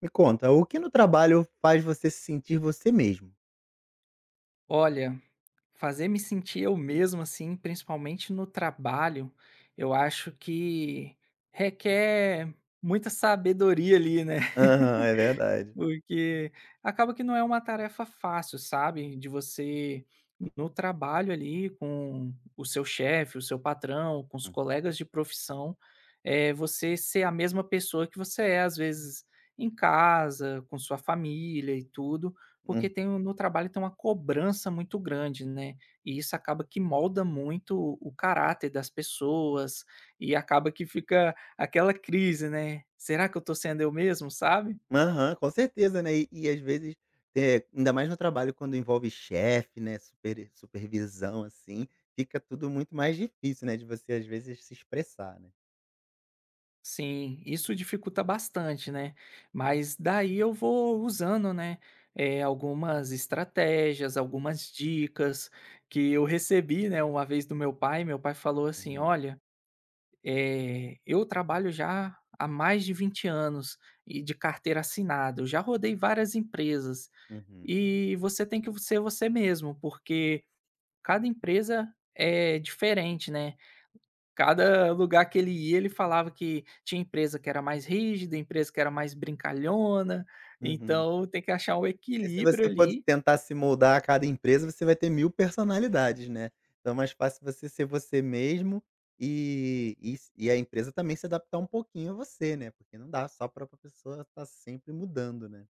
Me conta, o que no trabalho faz você se sentir você mesmo? Olha, fazer me sentir eu mesmo, assim, principalmente no trabalho, eu acho que requer muita sabedoria ali, né? Aham, é verdade. Porque acaba que não é uma tarefa fácil, sabe, de você no trabalho ali com o seu chefe, o seu patrão, com os Hum, colegas de profissão, é você ser a mesma pessoa que você é, às vezes, em casa, com sua família e tudo, porque uhum. tem um no trabalho tem uma cobrança muito grande, né, e isso acaba que molda muito o caráter das pessoas, e acaba que fica aquela crise, né, "Será que eu tô sendo eu mesmo?", sabe? Aham, com certeza, né, e às vezes, ainda mais no trabalho quando envolve chefe, né, supervisão, assim, fica tudo muito mais difícil, né, de você às vezes se expressar, né. Sim, isso dificulta bastante, né? Mas daí eu vou usando, né, algumas estratégias, algumas dicas que eu recebi, né, uma vez do meu pai. Meu pai falou assim: Uhum. "Olha, eu trabalho já há mais de 20 anos e de carteira assinada, eu já rodei várias empresas Uhum, e você tem que ser você mesmo, porque cada empresa é diferente, né?" Cada lugar que ele ia, ele falava que tinha empresa que era mais rígida, empresa que era mais brincalhona, uhum. então tem que achar um E se equilíbrio você for ali. tentar se moldar a cada empresa, você vai ter 1000 personalidades, né. Então é mais fácil você ser você mesmo e a empresa também se adaptar um pouquinho a você, né, porque não dá só para a pessoa estar sempre mudando, né.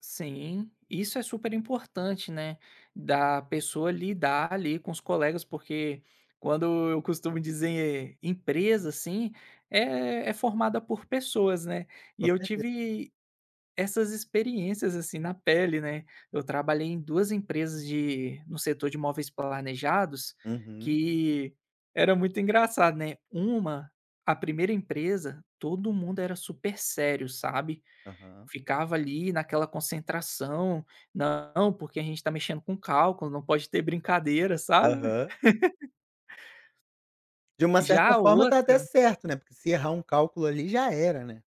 Sim, isso é super importante, né, da pessoa lidar ali com os colegas, porque quando eu costumo dizer empresa, assim, é formada por pessoas, né. Com E eu certeza. tive essas experiências, assim, na pele, né. Eu trabalhei em 2 empresas de no setor de móveis planejados, Uhum. que era muito engraçado, né. Uma A primeira empresa, todo mundo era super sério, sabe. Aham. Ficava ali naquela concentração, "Não, porque a gente está mexendo com cálculo, não pode ter brincadeira", sabe. Aham. De uma Já certa a forma tá até outra. certo, né, porque se errar um cálculo ali já era, né.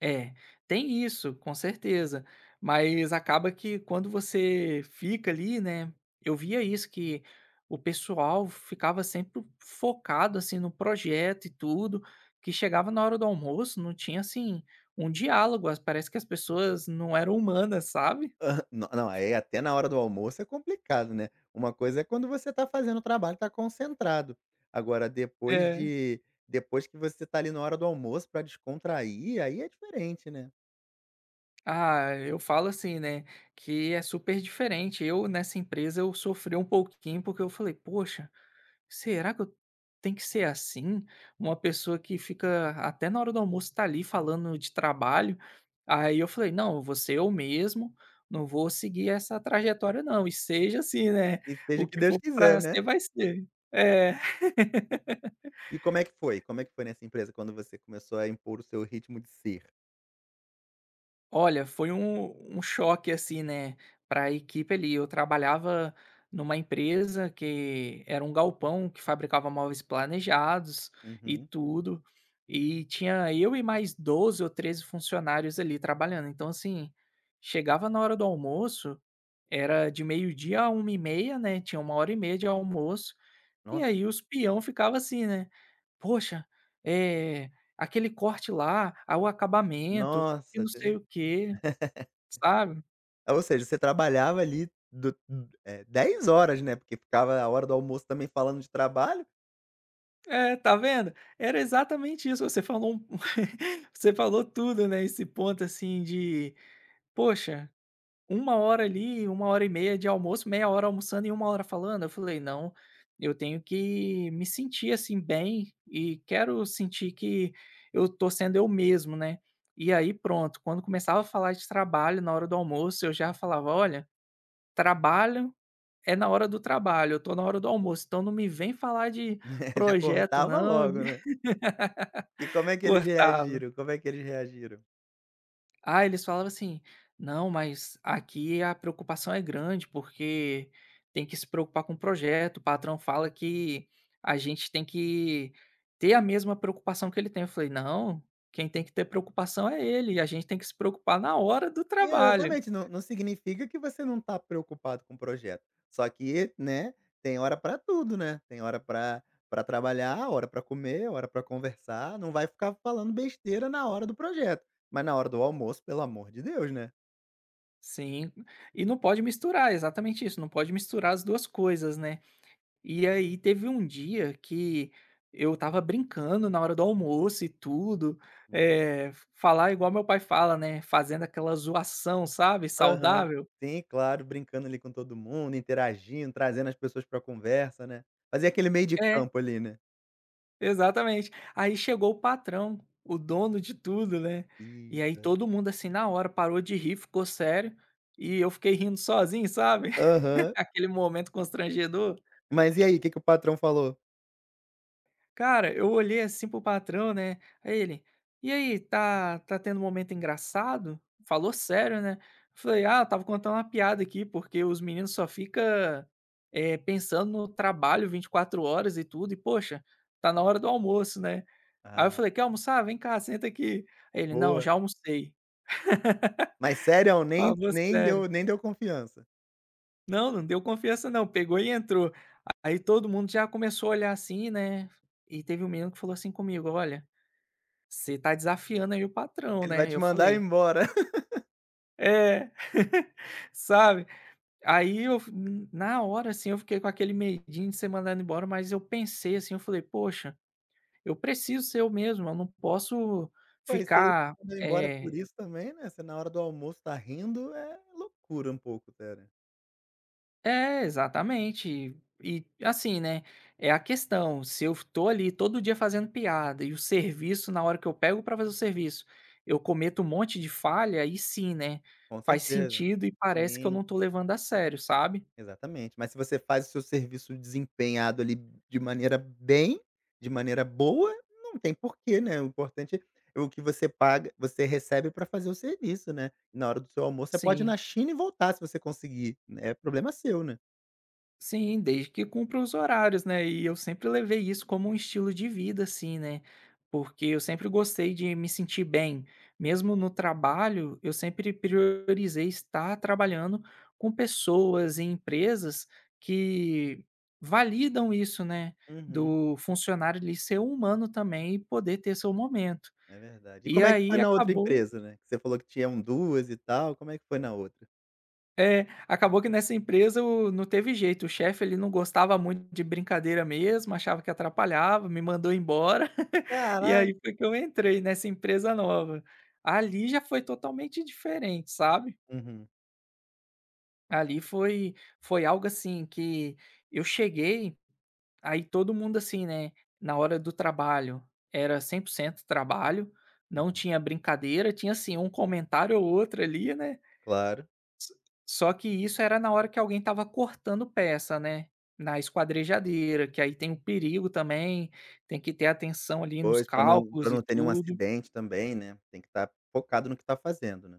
É, tem isso, com certeza. Mas acaba que quando você fica ali, né, eu via isso que o pessoal ficava sempre focado, assim, no projeto e tudo, que chegava na hora do almoço, não tinha, assim, um diálogo, as parece que as pessoas não eram humanas, sabe? Hã, não não, aí até na hora do almoço é complicado, né. Uma coisa é quando você tá fazendo o trabalho, tá concentrado. Agora depois É. de Depois que você tá ali na hora do almoço pra descontrair, aí é diferente, né. Ah, eu falo assim, né, que é super diferente. Eu, nessa empresa, eu sofri um pouquinho porque eu falei: "Poxa, será que eu tem que ser assim? Uma pessoa que fica até na hora do almoço tá ali falando de trabalho." Aí eu falei: "Não, eu vou ser eu mesmo, não vou seguir essa trajetória não, e seja assim, né, E seja o o que que Deus for quiser, pra né. ser vai ser". É. E como é que foi? Como é que foi nessa empresa quando você começou a impor o seu ritmo de ser? Olha, foi um choque, assim, né, para a equipe ali. Eu trabalhava numa empresa que era um galpão que fabricava móveis planejados e Uhum. tudo, e tinha eu e mais 12 ou 13 funcionários ali trabalhando. Então, assim, chegava na hora do almoço, era de meio-dia a uma e meia, né, tinha uma hora e meia de almoço, e Nossa aí os peão ficava assim, né: "Poxa, é aquele corte lá, ah, o acabamento e Nossa, não Deus. sei o quê", sabe. Ah, ou seja, você trabalhava ali do 10 horas, né, porque ficava a hora do almoço também falando de trabalho. É, tá vendo? Era exatamente isso, você falou um você falou tudo, né, esse ponto, assim, de: "Poxa, uma hora ali, uma hora e meia de almoço, meia hora almoçando e uma hora falando", eu falei: "Não, eu tenho que me sentir, assim, bem e quero sentir que eu tô sendo eu mesmo, né". E aí pronto, quando começava a falar de trabalho na hora do almoço, eu já falava: "Olha, trabalho é na hora do trabalho, eu tô na hora do almoço, então não me vem falar de Né? Já projeto cortava não", de logo, né. E como é que eles cortar. reagiram? Como é que eles reagiram? Ah, eles falavam assim: "Não, mas aqui a preocupação é grande, porque tem que se preocupar com o projeto. O patrão fala que a gente tem que ter a mesma preocupação que ele tem". Eu falei: "Não, quem tem que ter preocupação é ele, e a gente tem que se preocupar na hora do trabalho". Exatamente, não significa que você não está preocupado com o projeto. Só que, né, tem hora para tudo, né, tem hora para trabalhar, hora para comer, hora para conversar, não vai ficar falando besteira na hora do projeto. Mas na hora do almoço, pelo amor de Deus, né. Sim, e não pode misturar, exatamente isso, não pode misturar as 2 coisas, né. E aí teve um dia que eu estava brincando na hora do almoço e tudo, Hum. Falar igual meu pai fala, né, fazendo aquela zoação, sabe, Aham. saudável. Sim, claro, brincando ali com todo mundo, interagindo, trazendo as pessoas pra conversa, né. Fazer aquele meio de É, campo ali, né. exatamente. Aí chegou o patrão, o dono de tudo, né, e aí Eita. todo mundo, assim, na hora parou de rir, ficou sério, e eu fiquei rindo sozinho, sabe, Aham. aquele momento constrangedor. Mas e aí, o que que o patrão falou? Cara, eu olhei assim pro patrão, né, aí ele: "E aí, tá tendo um momento engraçado?" Falou sério, né. Eu falei: "Ah, eu estava contando uma piada aqui, porque os meninos só fica, pensando no trabalho 24 horas e tudo e, poxa, tá na hora do almoço, né." Aí eu Ah. falei: "Quer almoçar? Vem cá, senta aqui." Aí ele: "Não, Boa. já almocei." Mas sério, nem Falou nem sério. deu confiança. Não, não deu confiança não, pegou e entrou. Aí todo mundo já começou a olhar assim, né, e teve um menino que falou assim comigo: "Olha, você tá desafiando aí o patrão, Ele vai né". te Eu mandar falei embora. é, sabe. Aí eu, na hora, assim, eu fiquei com aquele medinho de ser mandado embora, mas eu pensei, assim, eu falei: "Poxa, eu preciso ser eu mesmo, eu não posso Mas se ele te ficar, mandar embora por isso também, né, você na hora do almoço tá rindo, é loucura um pouco, cara. É, exatamente. E assim, né, é a questão, se eu tô ali todo dia fazendo piada e o serviço, na hora que eu pego pra fazer o serviço, eu cometo um monte de falha, aí sim, né, Com faz certeza. sentido e parece que eu Sim, não tô levando a sério, sabe. exatamente. Mas se você faz o seu serviço desempenhado ali de maneira bem, de maneira boa, não tem porquê, né, o importante é o que você paga você recebe para fazer o serviço, né. Na hora do seu almoço, você pode ir Sim. na China e voltar se você conseguir, né, é problema seu, né. Sim, desde que cumpra os horários, né, e eu sempre levei isso como um estilo de vida, assim, né, porque eu sempre gostei de me sentir bem. Mesmo no trabalho, eu sempre priorizei estar trabalhando com pessoas e empresas que validam isso, né, Uhum. do funcionário ali ser humano também e poder ter seu momento. É verdade. E E como é que aí foi na outra acabou. empresa, né, que você falou que tinha um, 2 e tal, como é que foi na outra? É, acabou que nessa empresa o não teve jeito, o chefe ele não gostava muito de brincadeira mesmo, achava que atrapalhava, me mandou embora, e aí Caraca. foi que eu entrei nessa empresa nova. Ali já foi totalmente diferente, sabe. Uhum, Ali foi algo assim que eu cheguei, aí todo mundo assim, né, na hora do trabalho era 100% trabalho, não uhum. tinha brincadeira, tinha assim um comentário ou outro ali, né. Claro. Só que isso era na hora que alguém estava cortando peça, né, na esquadrejadeira, que aí tem o perigo também, tem que ter atenção ali nos Pois, pra não pra cálculos e não ter nenhum tudo. acidente também, né, tem que estar focado no que tá fazendo, né.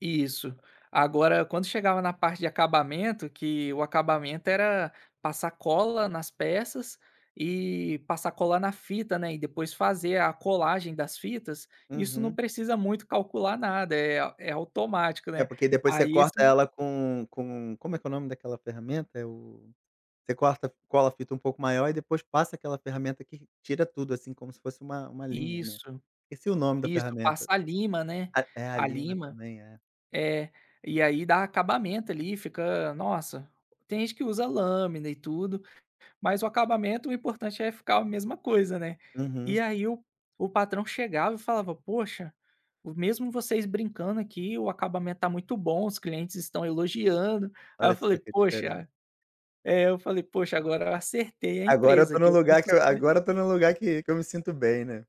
Isso. Agora, quando chegava na parte de acabamento, que o acabamento era passar cola nas peças e passar cola na fita, né, e depois fazer a colagem das fitas, isso não Uhum. precisa muito calcular nada, é automático, É, né. porque depois você Aí esse corta ela com como é que é o nome daquela ferramenta? É o Você corta, cola a fita um pouco maior e depois passa aquela ferramenta que tira tudo, assim, como se fosse uma linha, né. isso. Esqueci o nome da Isso, ferramenta. passar lima, né, A é a a lima lima também, é. é, e aí dá acabamento ali, fica nossa, tem gente que usa lâmina e tudo, mas o acabamento, o importante é ficar a mesma coisa, né. E Uhum. aí o patrão chegava e falava: "Poxa, o mesmo vocês brincando aqui, o acabamento tá muito bom, os clientes estão elogiando". Aí eu Olha só falei: que diferença. "Poxa", é, eu falei: "Poxa, agora eu acertei a empresa, que eu posso ser". Agora eu tô num lugar que eu me sinto bem, né.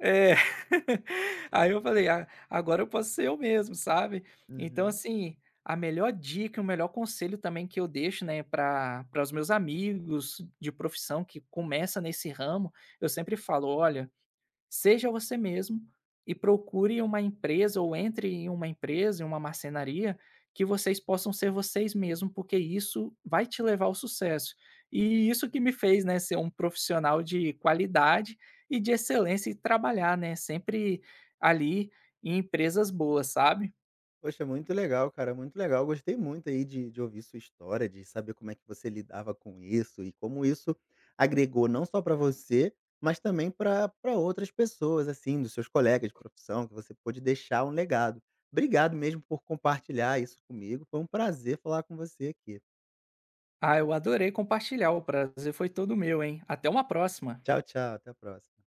É. Aí eu falei: "Ah, agora eu posso ser eu mesmo", sabe. Então, Uhum. assim, a melhor dica, o melhor conselho também que eu deixo, né, pra para os meus amigos de profissão que começa nesse ramo, eu sempre falo: "Olha, seja você mesmo e procure uma empresa ou entre em uma empresa, em uma marcenaria, que vocês possam ser vocês mesmos, porque isso vai te levar ao sucesso. E isso que me fez, né, ser um profissional de qualidade e de excelência e trabalhar, né, sempre ali em empresas boas, sabe". Poxa, muito legal, cara, muito legal. Gostei muito aí de ouvir sua história, de saber como é que você lidava com isso e como isso agregou não só para você, mas também para pra outras pessoas, assim, dos seus colegas de profissão, que você pôde deixar um legado. Obrigado mesmo por compartilhar isso comigo, foi um prazer falar com você aqui. Ah, eu adorei compartilhar, o prazer foi todo meu, hein. Até uma próxima. Tchau, tchau, até a próxima.